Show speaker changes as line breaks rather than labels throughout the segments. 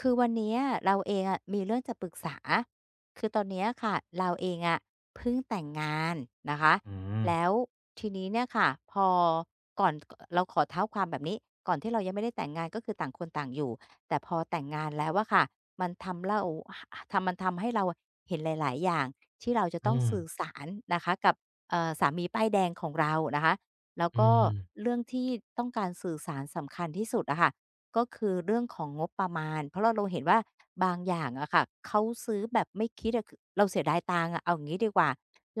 คือวันเนี้ยเราเองอะมีเรื่องจะปรึกษาคือตอนเนี้ยค่ะเราเองอะเพิ่งแต่งงานนะคะ
อืม
แล้วทีนี้เนี่ยค่ะพอก่อนเราขอเท้าความแบบนี้ก่อนที่เรายังไม่ได้แต่งงานก็คือต่างคนต่างอยู่แต่พอแต่งงานแล้วอะค่ะมันทำเราทำมันทำให้เราเห็นหลายๆอย่างที่เราจะ
อื
ต้อง
ม
สื่อสารนะคะกับสามีป้ายแดงของเรานะคะแล้ว
อื
ก็
ม
เรื่องที่ต้องการสื่อสารสำคัญที่สุดอะค่ะ ก็คือเรื่องของงบประมาณเพราะเราเห็นว่าบางอย่างอะค่ะเขาซื้อแบบไม่คิดอะคือเราเสียดายตังค์อะเอาอย่างงี้ดีกว่า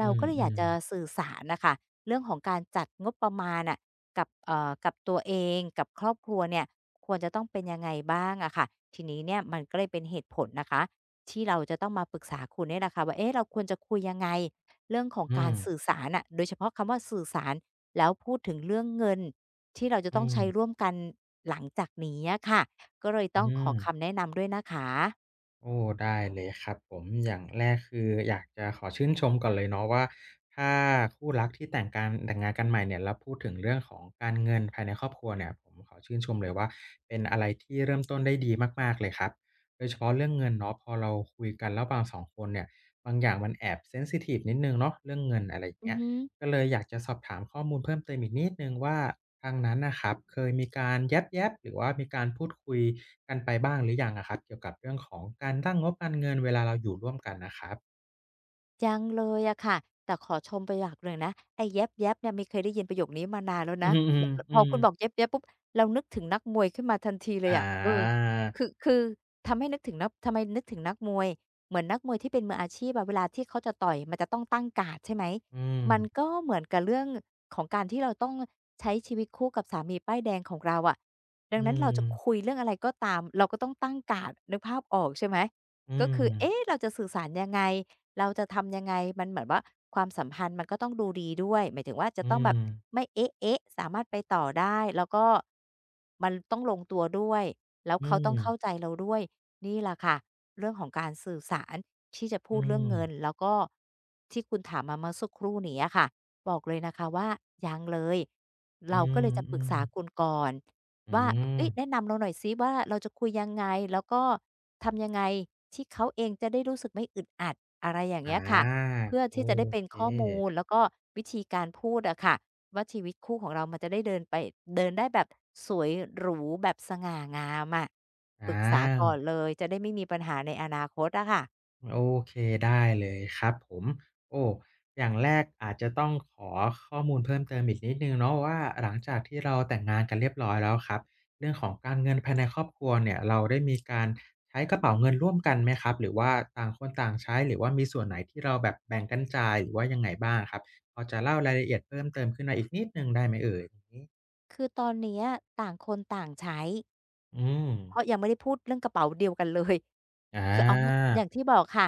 อื
รา
ม
ก็เลย
อื
อยาก
ม
จะสื่อสารน่ะค่ะเรื่องของการจัดงบประมาณน่ะกับกับตัวเองกับครอบครัวเนี่ยควรจะต้องเป็นยังไงบ้างอะค่ะทีนี้เนี่ยมันก็เลยเป็นเหตุผลนะคะที่เราจะต้องมาปรึกษาคุณเนี่ยแหละค่ะว่าเอ๊ะเราควรจะคุยยังไงเรื่องของ
อื
การ
ม
สื่อสารน่ะโดยเฉพาะคำว่าสื่อสารแล้วพูดถึงเรื่องเงินที่เราจะ
อื
ต้อง
ม
ใช้ร่วมกัน หลังจากนี้อะค่ะ ก็เลย
อื
ต้องขอ
ม
คำแนะนำด้วยนะคะ
โอ้ ได้เลยครับผมอย่างแรกคืออยากจะขอชื่นชมก่อนเลยเนาะว่าถ้าคู่รักที่แต่งการแต่งงานกันใหม่เนี่ยแล้วพูดถึงเรื่องของการเงินภายในครอบครัวเนี่ย ผมขอชื่นชมเลยว่าเป็นอะไรที่เริ่มต้นได้ดีมากๆ เลยครับโดยเฉพาะเรื่องเงินเนาะพอเราคุยกันระหว่างสองคนเนี่ยบางอย่างมันแอบเซนซิทิฟนิดหนึ่งเนาะเรื่องเงินอะไรอย่าง
อือ
เงี้ย
ฮึ
ก็เลยอยากจะสอบถามข้อมูลเพิ่มเติมอีกนิดนึงว่าทางนั้นนะครับเคยมีการแย็บๆหรือว่ามีการพูดคุยกันไปบ้างหรือยังอะครับเกี่ยวกับเรื่องของการตั้งงบการเงินเวลาเราอยู่ร่วมกันนะครับ
ยังเลยอะค่ะแต่ขอชมไปอย่างหนึ่งนะไอ้แย็บๆเนี่ยไม่เคยได้ยินประโยคนี้มานานแล้ว
อื
นะเห
ม
มือนลพ
อื
อ
ม
คุณบอกแย็บๆปุ๊บเรานึกถึงนักมวยขึ้นมาทันทีเล
อืม
ย
อา
อะเออคือทำให้นึกถึงนักทำไมนึกถึงนักมวยเหมือนนักมวยที่เป็นมืออาชีพอะเวลาที่เขาจะต่อยมันจะต้องตั้งการ์ดใช่ไหม
อืม
มันก็เหมือนกับเรื่องของการที่เราต้องใช้ชีวิตคู่กับสามีป้ายแดงของเราอะดั
อื
งนั้นเราจะคุย
ม
เรื่องอะไรก็ตามเราก็ต้องตั้งการ์ดนึกภาพออกใช่ไหม
อื
ก็คือ
ม
เอ๊ะเราจะสื่อสารยังไง เราจะทำยังไงมันเหมือนว่าความสัมพันธ์มันก็ต้องดูดีด้วยหมายถึงว่าจะ
อื
ต้องแบบ
ม
ไม่เอ๊ะเอ๊ะสามารถไปต่อได้แล้วก็มันต้องลงตัวด้วยแล้ว
อื
เขาต้อง
ม
เข้าใจเราด้วยนี่แหละค่ะเรื่องของการสื่อสารที่จะพูด
อ
เรื่องเงินแล้วก็ที่คุณถามมาเมื่อสักครู่นี้อะค่ะบอกเลยนะคะว่ายังเลย
ื
เราก็เล
ม
ยจะป
อื
รึก
ม
ษาคุณก่อน
อืม
ว่า
อม
เฮ้ยแนะนำเราหน่อยซิว่าเราจะคุยยังไงแล้วก็ทำยังไงที่เขาเองจะได้รู้สึกไม่อึดอัดอะไรอย่าง
อ่า
เงี้ยค่ะเพื่อ
โอ
ที่จะได้เป็น
เค
ข้อมูลแล้วก็วิธีการพูดอะค่ะว่าชีวิตคู่ของเรามันจะได้เดินไปเดินได้แบบสวยหรูแบบสง่างามอะป
อ
รึกษาก่อน
า
เลยจะได้ไม่มีปัญหาในอนาคตอะค่ะ
โอเคได้เลยครับผมโอ้อย่างแรกอาจจะต้องขอข้อมูลเพิ่มเติมอีกนิดหนึ่งเนาะว่าหลังจากที่เราแต่งงานกันเรียบร้อยแล้วครับเรื่องของการเงินภายในครอบครัวเนี่ยเราได้มีการใช้กระเป๋าเงินร่วมกันไหมครับหรือว่าต่างคนต่างใช้หรือว่ามีส่วนไหนที่เราแบบแบ่งกันจ่ายหรือว่ายังไงบ้างอะครับพอจะเล่ารายละเอียดเพิ่มเติมขึ้นมาอีกนิดหนึ่งได้ไหมเอ่ยอย่างงี้
คือตอนเนี้ยต่างคนต่างใช้
อืม
เพราะยังไม่ได้พูดเรื่องกระเป๋าเดียวกันเลย
อ
คือเอาอ
า
ย่างที่บอกค่ะ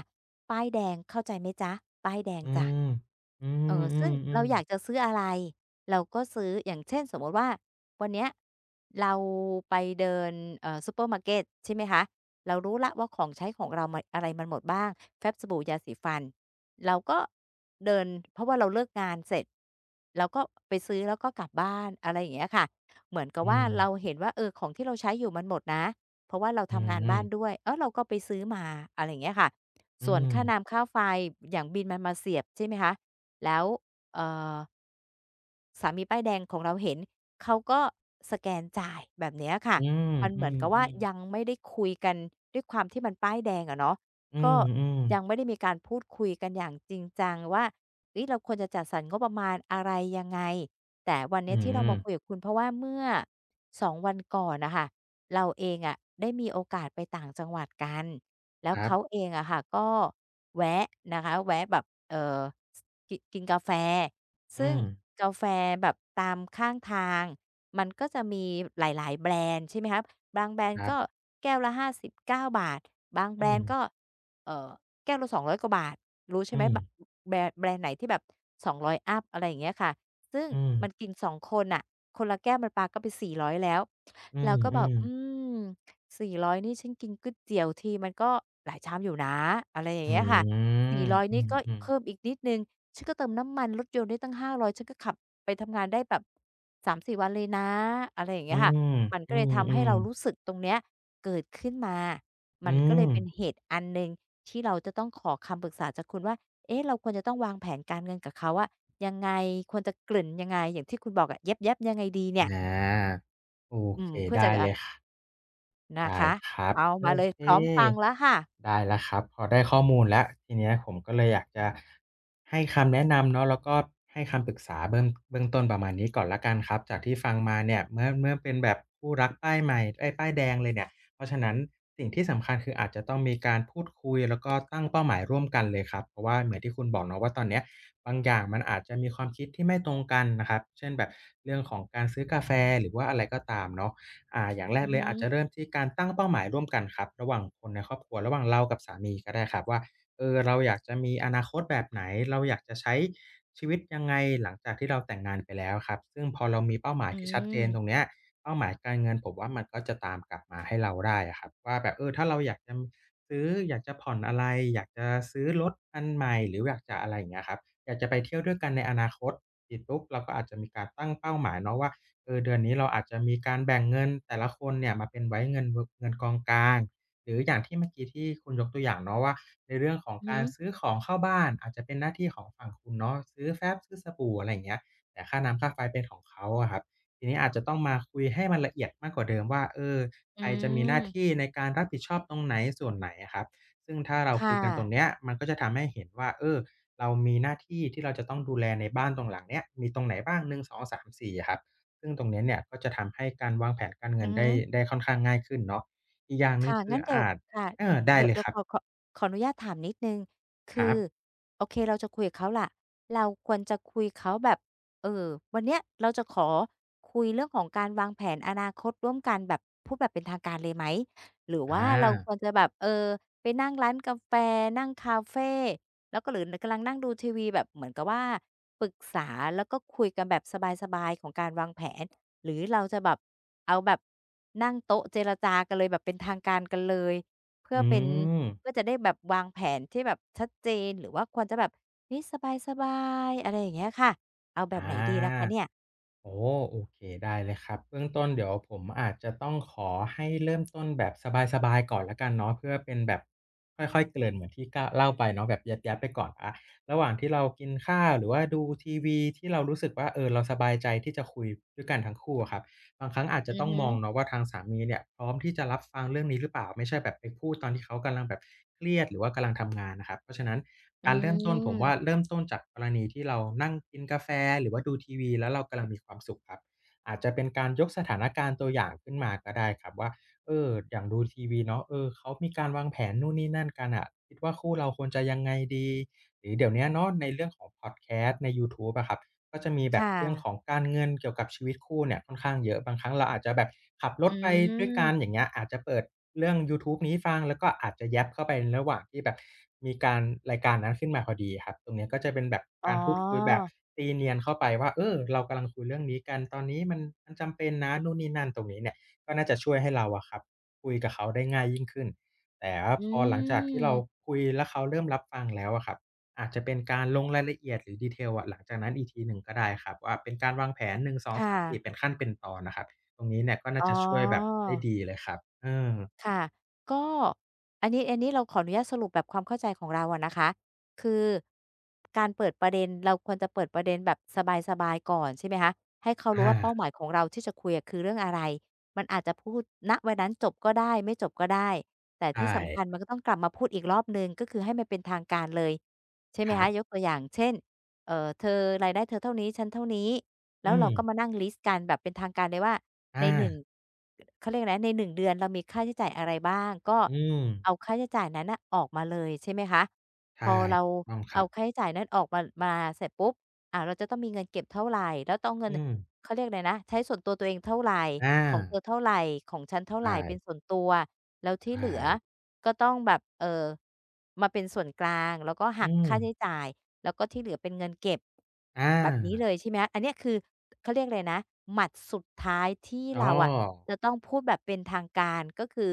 ป้ายแดงเข้าใจไหมจ๊ะป้ายแดง
อื
จ้ะ
มอื
เออ ซึ่งเรา
ม
อยากจะ
ๆๆ
ซื้ออะไรเราก็ซื้ออย่างเช่นสมมุติว่าวันเนี้ยเราไปเดินซูเปอร์มาร์เกตใช่ไหมคะ เรารู้แล้วว่าของใช้ของเรามอะไรมันหมดบ้างแฟ้มสบู่ยาสีฟันเราก็เดินเพราะว่าเราเลิกงานเสร็จเราก็ไปซื้อแล้วก็กลับบ้านอะไรอย่างเงี้ยค่ะ เหมือนกับ
อื
ว่า
ม
เราเห็นว่าเออของที่เราใช้อยู่มันหมดนะเพราะว่าเรา
อื
ทำ
ม
งาน
อืม
บ้านด้วยเออเราก็ไปซื้อมาอะไรอย่างเงี้ยค่ะ
อื
ส่วน
ม
ค่าน้ำค่าไฟอย่างบิลมันมาเสียบใช่ไหมคะแล้วเอ่อ สามีป้ายแดงของเราเห็นเขาก็สแกนจ่ายแบบเนี้ยค่ะ
อืม
มันเห
อื
มือน
ม
กับ
อ
ว่ายังไม่ได้คุยกันด้วยความที่มันป้ายแดงอะเนาะ
ื
ก็
มอืม
ยังไม่ได้มีการพูดคุยกันอย่างจริงจังว่าเฮ้ยเราควรจะจัดสรรงบประมาณอะไรยังไงแต่วัน
อื
เนี้ย
ม
ที่
อื
เรา
ม
มาคุยกับคุณเพราะว่าเมื่อ2วันก่อนน่ะค่ะเราเองอะได้มีโอกาสไปต่างจังหวัดกันแล้
ค
ว
รั
เขา
บ
เองอะค่ะก็แวะนะคะแวะแบบเอ่อกินกาแฟ ซึ่
อื
ง
ม
กาแฟแบบตามข้างทางมันก็จะมีหลายๆแบรนด์ใช่ไหมครับบางแบรน
ค
ด์
รั
ก็
บ
แก้วละห้าสิบเก้าบาทบางแบ
อื
รน
ม
ด์ก็เอ่อแก้วละสองร้อยกว่าบาทรู้ใช่
อื
ไหม
ม
บแบรนด์ไหนที่แบบสองร้อยอัปอะไรอย่างเงี้ยค่ะซึ่ง
อืม
มันกินสองคนน่ะคนละแก้วมันปาเข้าไปสี่ร้อยแล้ว
อื
เรา
ม
ก็
อื
แบบ
ม
อืมสี่ร้อยนี่ฉันกินก๋วยเตี๋ยวทีมันก็หลายชามอยู่นะอะไรอย่าง
อื
เงี้ยค่ะ
ม
สี่ร้อย
อื
นี่ก็
ม
เพิ่มอีกนิดหนึ่ง ฉันก็เติมน้ำมันรถยนต์ได้ตั้ง500ฉันก็ขับไปทำงานได้แบบ3-4วันเลยนะอะไรอย่าง
อื
เงี้ยค่ะ
ม
มันก็
อื
เลย
มอืม
ทำ
อื
ให้เรารู้
ม
สึกตรงเนี้ยเกิดขึ้นมา
อ
มันก็เลยเป็น
ม
เหตุอันหนึ่งที่เราจะต้องขอคำปรึกษาจากคุณว่า เอ๊ะเราควรจะต้องวางแผนการเงินกับเขาอะยังไงควรจะกลืนยังไงอย่างที่คุณบอกอะแย็บๆยังไงดีเนี่ย
อาโอ
อื
เค
มเพื่อจะ
ได้เล
อ่า
ยคะ
นะ
ได้
คะ
ครับ
เอา
โอ
มาเลย
เค
พร้อมฟังแล้วค่ะ
ได้แล้วครับพอได้ข้อมูลแล้วทีเนี้ยผมก็เลยอยากจะให้คำแนะนำเนาะแล้วก็ให้คำปรึกษาเบื้องต้นประมาณนี้ก่อนแล้วกันครับจากที่ฟังมาเนี่ยเมื่อเป็นแบบคู่รักป้ายใหม่เอ๊ยป้ายแดงเลยเนี่ยเพราะฉะนั้นสิ่งที่สำคัญคืออาจจะต้องมีการพูดคุยแล้วก็ตั้งเป้าหมายร่วมกันเลยครับเพราะว่าเหมือนที่คุณบอกเนาะว่าตอนเนี้ยบางอย่างมันอาจจะมีความคิดที่ไม่ตรงกันนะครับเช่นแบบเรื่องของการซื้อกาแฟหรือว่าอะไรก็ตามเนาะ อ่าอย่างแร
อื
ก
อ
เลย
ฮึ
อาจจะเริ่มที่การตั้งเป้าหมายร่วมกันครับระหว่างคนในครอบครัวระหว่างเรากับสามีก็ได้ครับว่าเออเราอยากจะมีอนาคตแบบไหนเราอยากจะใช้ชีวิตยังไงหลังจากที่เราแต่งงานไปแล้วครับซึ่งพอเรามีเป้าหมาย
อื
ที่ชัดเจ
ม
นตรงเนี้ยเป้าหมายการเงินผมว่ามันก็จะตามกลับมาให้เราได้อะครับว่าแบบเออถ้าเราอยากจะซื้ออยากจะผ่อนอะไรอยากจะซื้อรถอันใหม่หรืออยากจะอะไรอย่างเงี้ยครับอยากจะไปเที่ยวด้วยกันในอนาคตเสร็จปุ๊บเราก็อาจจะมีการตั้งเป้าหมายเนาะว่า เออเดือนนี้เราอาจจะมีการแบ่งเงินแต่ละคนเนี่ยมาเป็นไว้เงินกองกลางหรืออย่างที่เมื่อกี้ที่คุณยกตัวอย่างเนาะว่าในเรื่องของ
อือฮึ
การซื้อของเข้าบ้านอาจจะเป็นหน้าที่ของฝั่งคุณเนาะซื้อแฟ้มซื้อสบู่อะไรอย่างเงี้ยแต่ค่าน้ำค่าไฟเป็นของเขาอะครับทีนี้อาจจะต้องมาคุยให้มันละเอียดมากกว่าเดิมว่าเออ
อื
ใครจะมีหน้า
ม
ที่ในการรับผิดชอบตรงไหนส่วนไหนอะครับซึ่งถ้าเราคุ
ค่ะ
ยกันตรงเนี้ยมันก็จะทำให้เห็นว่าเออเรามีหน้าที่ที่เราจะต้องดูแลในบ้านตรงหลังเนี้ยมีตรงไหนบ้าง1 2 3 4องสามสี่อะครับ ซึ่งตรงเนี้ยเนี่ยก็จะทำให้การวางแผนการ
อื
เงิ
อ
น
ฮึ
ได้ค่อนข้างง่ายขึ้นเนาะอีกอย่างหนึ่ง
ค่ะ
คือ
งั้นเดี๋ยว
อาจ
ค่ะ
เออได้
เดี๋ยว
เลย
เดี๋ย
ค
ว
รั
ข
บ
อขอขออนุญาตถามนิดหนึ่งคื
ครั
อ
บ
โอเคเราจะคุยกับเขาล่ะเราควรจะคุยเขาแบบเอ่อวันเนี้ยเราจะขอคุยเรื่องของการวางแผนอนาคตร่วมกันแบบพูดแบบเป็นทางการเลยไหมหรือว่า
อา
เราควรจะแบบเออไปนั่งร้านกาแฟนั่งคาเฟแล้วก็หรือนกำลังนั่งดูทีวีแบบเหมือนกับว่าปรึกษาแล้วก็คุยกันแบบสบายๆของการวางแผน หรือเราจะแบบเอาแบบนั่งโต๊ะเจรจากันเลยแบบเป็นทางการกันเลยเพื่
อื
อเป็น
ม
เพื่อจะได้แบบวางแผนที่แบบชัดเจนหรือว่าควรจะแบบนี้ยสบายๆอะไรอย่างเงี้ยค่ะเอาแบบไหน
อา
ดีล่ะคะเนี่ย
โอ้โอเคได้เลยครับเบื้องต้นเดี๋ยวผมอาจจะต้องขอให้เริ่มต้นแบบสบายๆก่อนแล้วกันเนาะเพื่อเป็นแบบค่อยๆเกริ่นเหมือนที่ก้าวเล่าไปเนาะแบบยับๆไปก่อนอาระหว่างที่เรากินข้าวหรือว่าดูทีวีที่เรารู้สึกว่าเออเราสบายใจที่จะคุยด้วยกันทั้งคู่อะครับ บางครั้งอาจจะ
อือ
ต้อง
ฮึ
มองเนาะว่าทางสามีเนี่ยพร้อมที่จะรับฟังเรื่องนี้หรือเปล่าไม่ใช่แบบไปพูดตอนที่เขากำลังแบบเครียดหรือว่ากำลังทำงานนะครับเพราะฉะนั้น
อื
การเริ่มต้นผมว่า
ม
เริ่มต้นจากกรณีที่เรานั่งกินกาแฟหรือว่าดูทีวีแล้วเรากำลังมีความสุขครับอาจจะเป็นการยกสถานการณ์ตัวอย่างขึ้นมาก็ได้ครับว่าอย่างดูทีวีเนาะเขามีการวางแผนนู่นนี่นั่นกันน่ะคิดว่าคู่เราควรจะยังไงดีหรือเดี๋ยวเนี้ยเนาะในเรื่องของพอดแคสต์ในยูทูบอะครับ ก็จะมีแบบ
ค่ะ
เรื่องของการเงินเกี่ยวกับชีวิตคู่เนี่ยค่อนข้างเยอะบางครั้งเราอาจจะแบบขับร
อื
ถไปด้วยกันอ
ม
ย่างเงี้ยอาจจะเปิดเรื่องยูทูบนี้ฟังแล้วก็อาจจะ yap เข้าไปในระหว่างที่แบบมีการรายการนั้นขึ้นมาพอดีครับตรงเนี้ยก็จะเป็นแบบ
อ๋
การพูดคุยแบ
อ
บตีเนียนเข้าไปว่าเรากำลังคุยเรื่องนี้กันตอนนี้มันจำเป็นนะนู่นนี่นั่นตรงนี้เนี่ยก็น่าจะช่วยให้เราอะครับคุยกับเขาได้ง่ายยิ่งขึ้นแต่ว่า
อื
พอหลังจากที่เรา
ม
คุยแล้วเขาเริ่มรับฟังแล้วอะครับ อาจจะเป็นการลงรายละเอียดหรือดีเทลอะหลังจากนั้นอีกทีหนึ่งก็ได้ครับว่าเป็นการวางแผนหนึ่งสองสา
ค่ะ
มสี่เป็นขั้นเป็นตอนน่ะครับตรงนี้เนี่ยก็น่า
อ๋อ
จะช่วยแบบได้ดีเลยครับ
ค่ะก็อันนี้เราขออนุญาตสรุปแบบความเข้าใจของเราอะนะคะคือการเปิดประเด็นเราควรจะเปิดประเด็นแบบสบายๆก่อนใช่ไหมคะให้เขารู้
อา
ว่าเป้าหมายของเราที่จะคุยอะคือเรื่องอะไรมันอาจจะพูดณวันนั้นจบก็ได้ไม่จบก็ได้แต่
ใช
ที่สำคัญ
่
มันก็ต้องกลับมาพูดอีกรอบหนึ่งก็คือให้มันเป็นทางการเลยใช่ไห
ค
ม
รั
คะยก
บ
ตัวอย่างเช่นเธอรายได้เธอเท่านี้ฉันเท่านี้
อื
แล้วเราก็มา
ม
นั่งลิสต์กันแบบเป็นทางการเลยว่า ใน
อา
หนึ่งเขาเรียกอะไรนะในหนึ่งเดือนเรามีค่าใช้จ่ายอะไรบ้างก็
อืม
เอาค่าใช้จ่ายนั้นน่ะออกมาเลยใช่ไหมคะพ
ใช่
อเรา
ถูกต้องค
เอา
รับ
ค่าใช้จ่ายนั้นออกมามาเสร็จปุ๊บอ่าเราจะต้องมีเงินเก็บเท่าไรแล้วต้องเงิน
อืม
เขาเรียกอะไรนะใช้ส่วนตัวตัวเองเท่าไร
อา
ของเธอเท่าไรของฉันเท่าไร
ใช่
เป็นส่วนตัวแล้วที่เห
ใช่
ลือก็ต้องแบบมาเป็นส่วนกลางแล้วก็หั
อื
ก
ม
ค่าใช้จ่าย แล้วก็ที่เหลือเป็นเงินเก็บ
อา
แบบนี้เลยใช่ไหมคะอันเนี้ยคือเขาเรียกอะไรนะหมัดสุดท้ายที่
อ้อ
เราอะจะต้องพูดแบบเป็นทางการก็คือ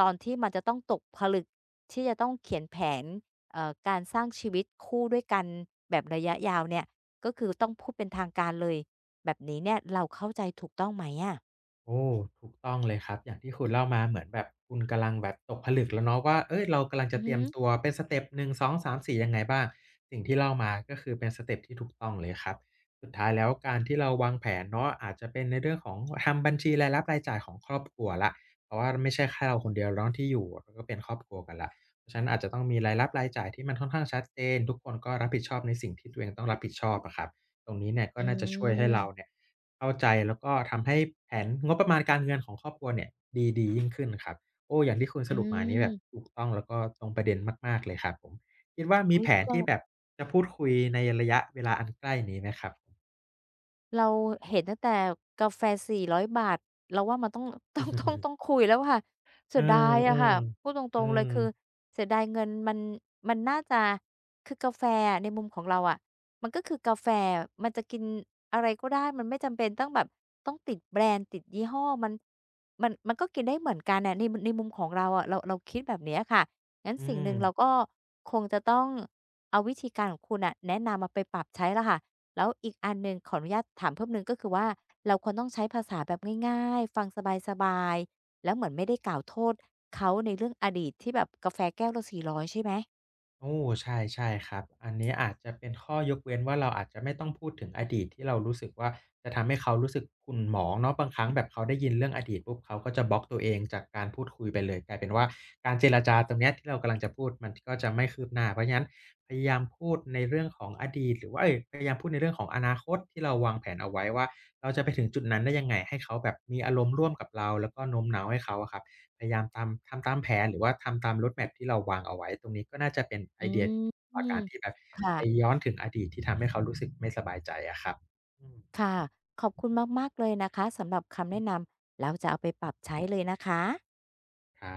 ตอนที่มันจะต้องตกผลึกที่จะต้องเขียนแผนเอ่อการสร้างชีวิตคู่ด้วยกันแบบระยะยาวเนี่ยก็คือต้องพูดเป็นทางการเลยแบบนี้เนี่ยเราเข้าใจถูกต้องไหมอะ
โอ้ถูกต้องเลยครับอย่างที่คุณเล่ามาเหมือนแบบคุณกำลังแบบตกผลึกแล้วเนาะว่าเอ้ยเรากำลัง
อื
จะ
อ
เต
ฮึ
รียมตัวเป็นสเต็ปหนึ่งสองสามสี่ยังไงบ้างสิ่งที่เล่ามาก็คือเป็นสเต็ปที่ถูกต้องเลยครับสุดท้ายแล้วการที่เราวางแผนเนาะอาจจะเป็นในเรื่องของทำบัญชีรายรับรายจ่ายของครอบครัวแล้วเพราะว่าไม่ใช่แค่เราคนเดียวเนาะที่อยู่แล้วก็เป็นครอบครัวกันแล้วเพราะฉะนั้นอาจจะต้องมีรายรับรายจ่ายที่มันค่อนข้างชัดเจนทุกคนก็รับผิดชอบในสิ่งที่ตัวเองต้องรับผิดชอบอะครับ ตรงนี้เนี่ยก็
อื
น่าจะช่วยให้เราเนี่
ม
ยเข้าใจแล้วก็ทำให้แผนงบประมาณการเงินของครอบครัวเนี่ยดีดียิ่งขึ้นครับโอ้อย่างที่คุณ
อื
สรุปมานี้แบบ
ม
ถูกต้องแล้วก็ตรงประเด็นมากๆเลยครับผมคิดว่ามี
อุ๊ย
แผน
ก็
ที่แบบจะพูดคุยในระยะเวลาอันใกล้นี้ไหมครับ
เราเห็นตั้งแต่กาแฟ฿400เราว่ามันต้อง ต้อง คุยแล้วค่ะเสี
เออ
ยดาย
ๆอื
อะ
ม
ค่ะพูดตรงๆเลยคือเสียดายเงินมันมันน่าจะคือกาแฟอะในมุมของเราอะมันก็คือกาแฟมันจะกินอะไรก็ได้มันไม่จำเป็นต้องแบบต้องติดแบรนด์ติดยี่ห้อมันก็กินได้เหมือนกันน่ะในมุมของเราอะเราคิดแบบเนี้ยค่ะงั้น
อื
สิ่งห
ม
นึ่งเราก็คงจะต้องเอาวิธีการของคุณน่ะแนะนำมาไปปรับใช้แล้วค่ะ แล้วอีกอันหนึ่งขออนุญาตถามเพิ่มหนึ่งก็คือว่าเราควรต้องใช้ภาษาแบบง่ายๆฟังสบายๆแล้วเหมือนไม่ได้กล่าวโทษเขาในเรื่องอดีตที่แบบกาแฟแก้วละ400ใช่ไหม
โอ้ใช่ใช่ครับอันนี้อาจจะเป็นข้อยกเว้นว่าเราอาจจะไม่ต้องพูดถึงอดีตที่เรารู้สึกว่าจะทำให้เขารู้สึกขุ่นหมองเนาะบางครั้งแบบเขาได้ยินเรื่องอดีตปุ๊บเขาก็จะบล็อกตัวเองจากการพูดคุยไปเลยกลายเป็นว่าการเจรจาตรงเนี้ยที่เรากำลังจะพูดมันก็จะไม่คืบหน้าเพราะฉะนั้นพยายามพูดในเรื่องของอดีตหรือว่าเอ๊ยพยายามพูดในเรื่องของอนาคตที่เราวางแผนเอาไว้ว่าเราจะไปถึงจุดนั้นได้ยังไงให้เขาแบบมีอารมณ์ร่วมกับเราแล้วก็โน้มน้าวให้เขาอะครับ พยายามตามทำตามแผนหรือว่าทำตาม road map ที่เราวางเอาไว้ตรงนี้ก็น่าจะเป็นไอ
อื
เดียอากา
ม
รที่แบบ
ค่ะ
ไปย้อนถึงอดีตที่ทำให้เขารู้สึกไม่สบายใจอะครับอืม
ค่ะขอบคุณมากๆเลยนะคะสำหรับคำแนะนำแล้วจะเอาไปปรับใช้เลยนะคะ
ครับ